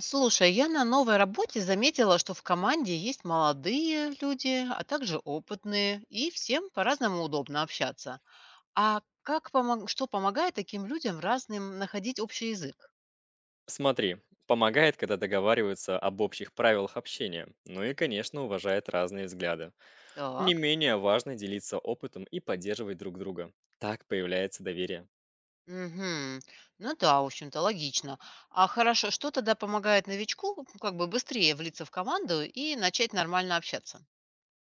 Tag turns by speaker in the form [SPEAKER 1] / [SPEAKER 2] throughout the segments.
[SPEAKER 1] Слушай, я на новой работе заметила, что в команде есть молодые люди, а также опытные, и всем по-разному удобно общаться. А как что помогает таким людям разным находить общий язык?
[SPEAKER 2] Смотри, помогает, когда договариваются об общих правилах общения, ну и, конечно, уважает разные взгляды. Не
[SPEAKER 1] Так.
[SPEAKER 2] менее важно делиться опытом и поддерживать друг друга. Так появляется доверие.
[SPEAKER 1] Угу. Ну да, в общем-то, логично. А хорошо, что тогда помогает новичку как бы быстрее влиться в команду и начать нормально общаться?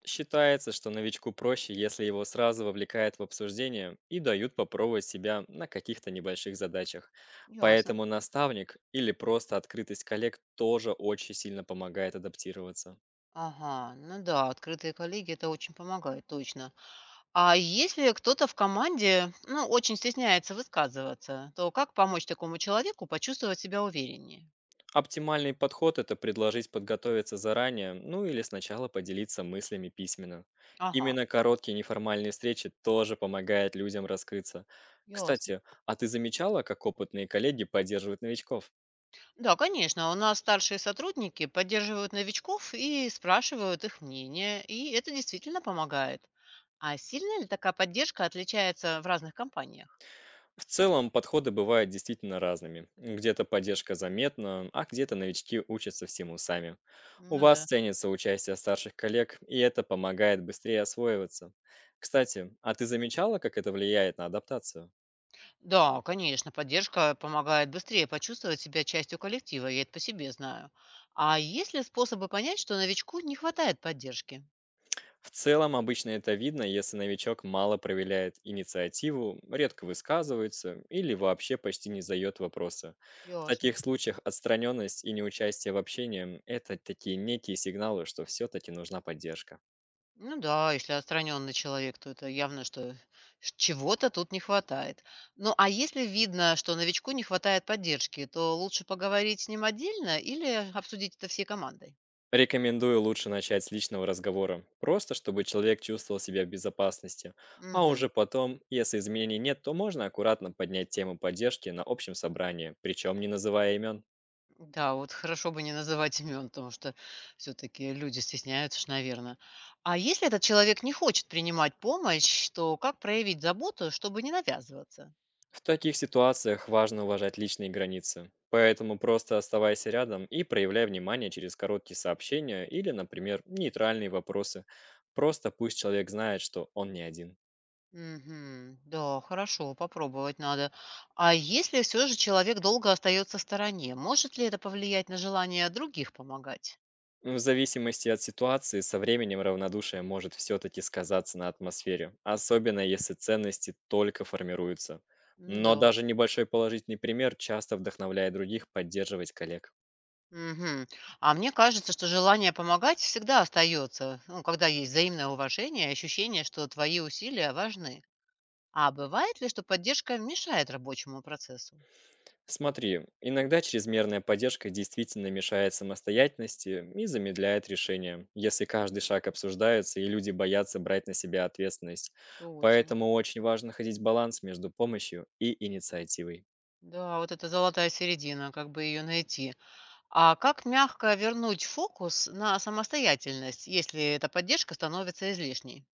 [SPEAKER 2] Считается, что новичку проще, если его сразу вовлекают в обсуждение и дают попробовать себя на каких-то небольших задачах.
[SPEAKER 1] Ясно.
[SPEAKER 2] Поэтому наставник или просто открытость коллег тоже очень сильно помогает адаптироваться.
[SPEAKER 1] Ага, ну да, открытые коллеги это очень помогает, точно. А если кто-то в команде, ну, очень стесняется высказываться, то как помочь такому человеку почувствовать себя увереннее?
[SPEAKER 2] Оптимальный подход– это предложить подготовиться заранее, ну или сначала поделиться мыслями письменно.
[SPEAKER 1] Ага,
[SPEAKER 2] Именно короткие неформальные встречи тоже помогают людям раскрыться.
[SPEAKER 1] ясно.
[SPEAKER 2] Кстати, а ты замечала, как опытные коллеги поддерживают новичков?
[SPEAKER 1] Да, конечно, у нас старшие сотрудники поддерживают новичков и спрашивают их мнение, и это действительно помогает. А сильно ли такая поддержка отличается в разных компаниях?
[SPEAKER 2] В целом, подходы бывают действительно разными. Где-то поддержка заметна, а где-то новички учатся всему сами. У
[SPEAKER 1] Ну
[SPEAKER 2] вас
[SPEAKER 1] да.
[SPEAKER 2] ценится участие старших коллег, и это помогает быстрее освоиваться. Кстати, а ты замечала, как это влияет на адаптацию?
[SPEAKER 1] Да, конечно, поддержка помогает быстрее почувствовать себя частью коллектива, я это по себе знаю. А есть ли способы понять, что новичку не хватает поддержки?
[SPEAKER 2] В целом, обычно это видно, если новичок мало проявляет инициативу, редко высказывается или вообще почти не задает вопросы. В
[SPEAKER 1] Ясно.
[SPEAKER 2] таких случаях отстраненность и неучастие в общении– это такие некие сигналы, что все-таки нужна поддержка.
[SPEAKER 1] Ну да, если отстраненный человек, то это явно, что чего-то тут не хватает. Ну а если видно, что новичку не хватает поддержки, то лучше поговорить с ним отдельно или обсудить это всей командой?
[SPEAKER 2] Рекомендую лучше начать с личного разговора, просто чтобы человек чувствовал себя в безопасности. А уже
[SPEAKER 1] Мгм.
[SPEAKER 2] потом, если изменений нет, то можно аккуратно поднять тему поддержки на общем собрании, причем не называя имен.
[SPEAKER 1] Да, вот хорошо бы не называть имен, потому что все-таки люди стесняются, ж, наверное. А если этот человек не хочет принимать помощь, то как проявить заботу, чтобы не навязываться?
[SPEAKER 2] В таких ситуациях важно уважать личные границы, поэтому просто оставайся рядом и проявляй внимание через короткие сообщения или, например, нейтральные вопросы. Просто пусть человек знает, что он не один.
[SPEAKER 1] Мгм. Да, хорошо, попробовать надо. А если все же человек долго остается в стороне, может ли это повлиять на желание других помогать?
[SPEAKER 2] В зависимости от ситуации, со временем равнодушие может все-таки сказаться на атмосфере, особенно если ценности только формируются.
[SPEAKER 1] Ну
[SPEAKER 2] Но
[SPEAKER 1] да.
[SPEAKER 2] даже небольшой положительный пример часто вдохновляет других поддерживать коллег.
[SPEAKER 1] Мгм. А мне кажется, что желание помогать всегда остается, ну, когда есть взаимное уважение и ощущение, что твои усилия важны. А бывает ли, что поддержка мешает рабочему процессу?
[SPEAKER 2] Смотри, иногда чрезмерная поддержка действительно мешает самостоятельности и замедляет решение, если каждый шаг обсуждается и люди боятся брать на себя ответственность.
[SPEAKER 1] Точно.
[SPEAKER 2] Поэтому очень важно находить баланс между помощью и инициативой.
[SPEAKER 1] Да, вот это золотая середина, как бы ее найти. А как мягко вернуть фокус на самостоятельность, если эта поддержка становится излишней?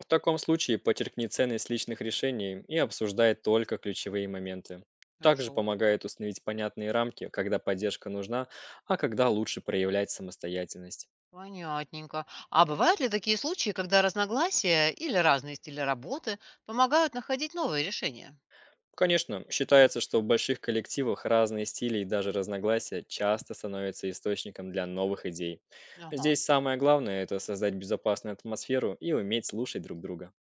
[SPEAKER 2] В таком случае подчеркни ценность личных решений и обсуждай только ключевые моменты. Также
[SPEAKER 1] Хорошо,
[SPEAKER 2] помогает установить понятные рамки, когда поддержка нужна, а когда лучше проявлять самостоятельность.
[SPEAKER 1] понятненько. А бывают ли такие случаи, когда разногласия или разные стили работы помогают находить новые решения?
[SPEAKER 2] Конечно, считается, что в больших коллективах разные стили и даже разногласия часто становятся источником для новых идей.
[SPEAKER 1] Ага,
[SPEAKER 2] Здесь самое главное– это создать безопасную атмосферу и уметь слушать друг друга.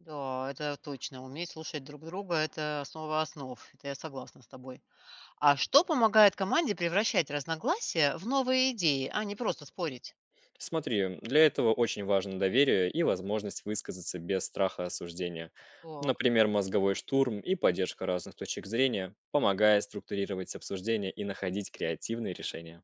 [SPEAKER 1] да, это точно. Уметь слушать друг друга– это основа основ. Это я согласна с тобой. А что помогает команде превращать разногласия в новые идеи, а не просто спорить?
[SPEAKER 2] Смотри, для этого очень важно доверие и возможность высказаться без страха осуждения.
[SPEAKER 1] Так.
[SPEAKER 2] Например, мозговой штурм и поддержка разных точек зрения помогает структурировать обсуждение и находить креативные решения.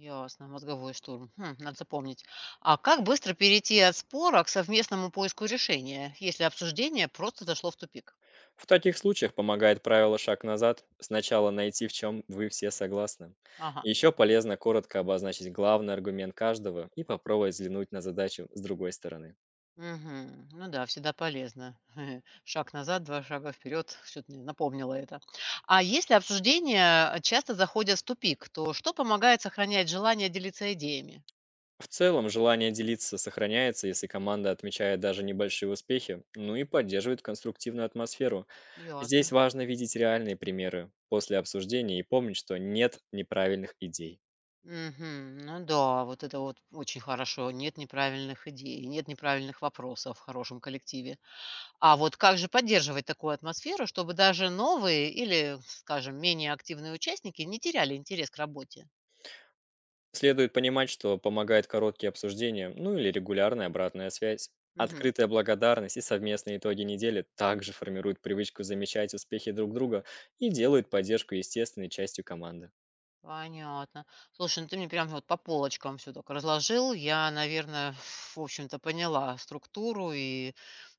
[SPEAKER 1] Ясно, мозговой штурм. Хм, надо запомнить. А как быстро перейти от спора к совместному поиску решения, если обсуждение просто зашло в тупик?
[SPEAKER 2] В таких случаях помогает правило «шаг назад»– сначала найти, в чем вы все согласны.
[SPEAKER 1] Ага.
[SPEAKER 2] Еще полезно коротко обозначить главный аргумент каждого и попробовать взглянуть на задачу с другой стороны.
[SPEAKER 1] Мгм. Ну да, всегда полезно. Шаг назад, два шага вперед. Что-то мне напомнило это. А если обсуждения часто заходят в тупик, то что помогает сохранять желание делиться идеями?
[SPEAKER 2] В целом, желание делиться сохраняется, если команда отмечает даже небольшие успехи, ну и поддерживает конструктивную атмосферу.
[SPEAKER 1] Ясно.
[SPEAKER 2] Здесь важно видеть реальные примеры после обсуждения и помнить, что нет неправильных идей.
[SPEAKER 1] Мгм. Ну да, вот это вот очень хорошо. Нет неправильных идей, нет неправильных вопросов в хорошем коллективе. А вот как же поддерживать такую атмосферу, чтобы даже новые или, скажем, менее активные участники не теряли интерес к работе?
[SPEAKER 2] Следует понимать, что помогает короткие обсуждения, ну или регулярная обратная связь.
[SPEAKER 1] Мгм.
[SPEAKER 2] Открытая благодарность и совместные итоги недели также формируют привычку замечать успехи друг друга и делают поддержку естественной частью команды.
[SPEAKER 1] Понятно. Слушай, ну ты мне прям вот по полочкам все так разложил. Я, наверное, в общем-то, поняла структуру и,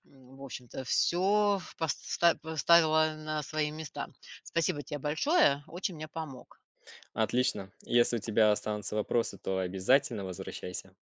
[SPEAKER 1] в общем-то, все поставила на свои места. Спасибо тебе большое, очень мне помог.
[SPEAKER 2] Отлично. Если у тебя останутся вопросы, то обязательно возвращайся.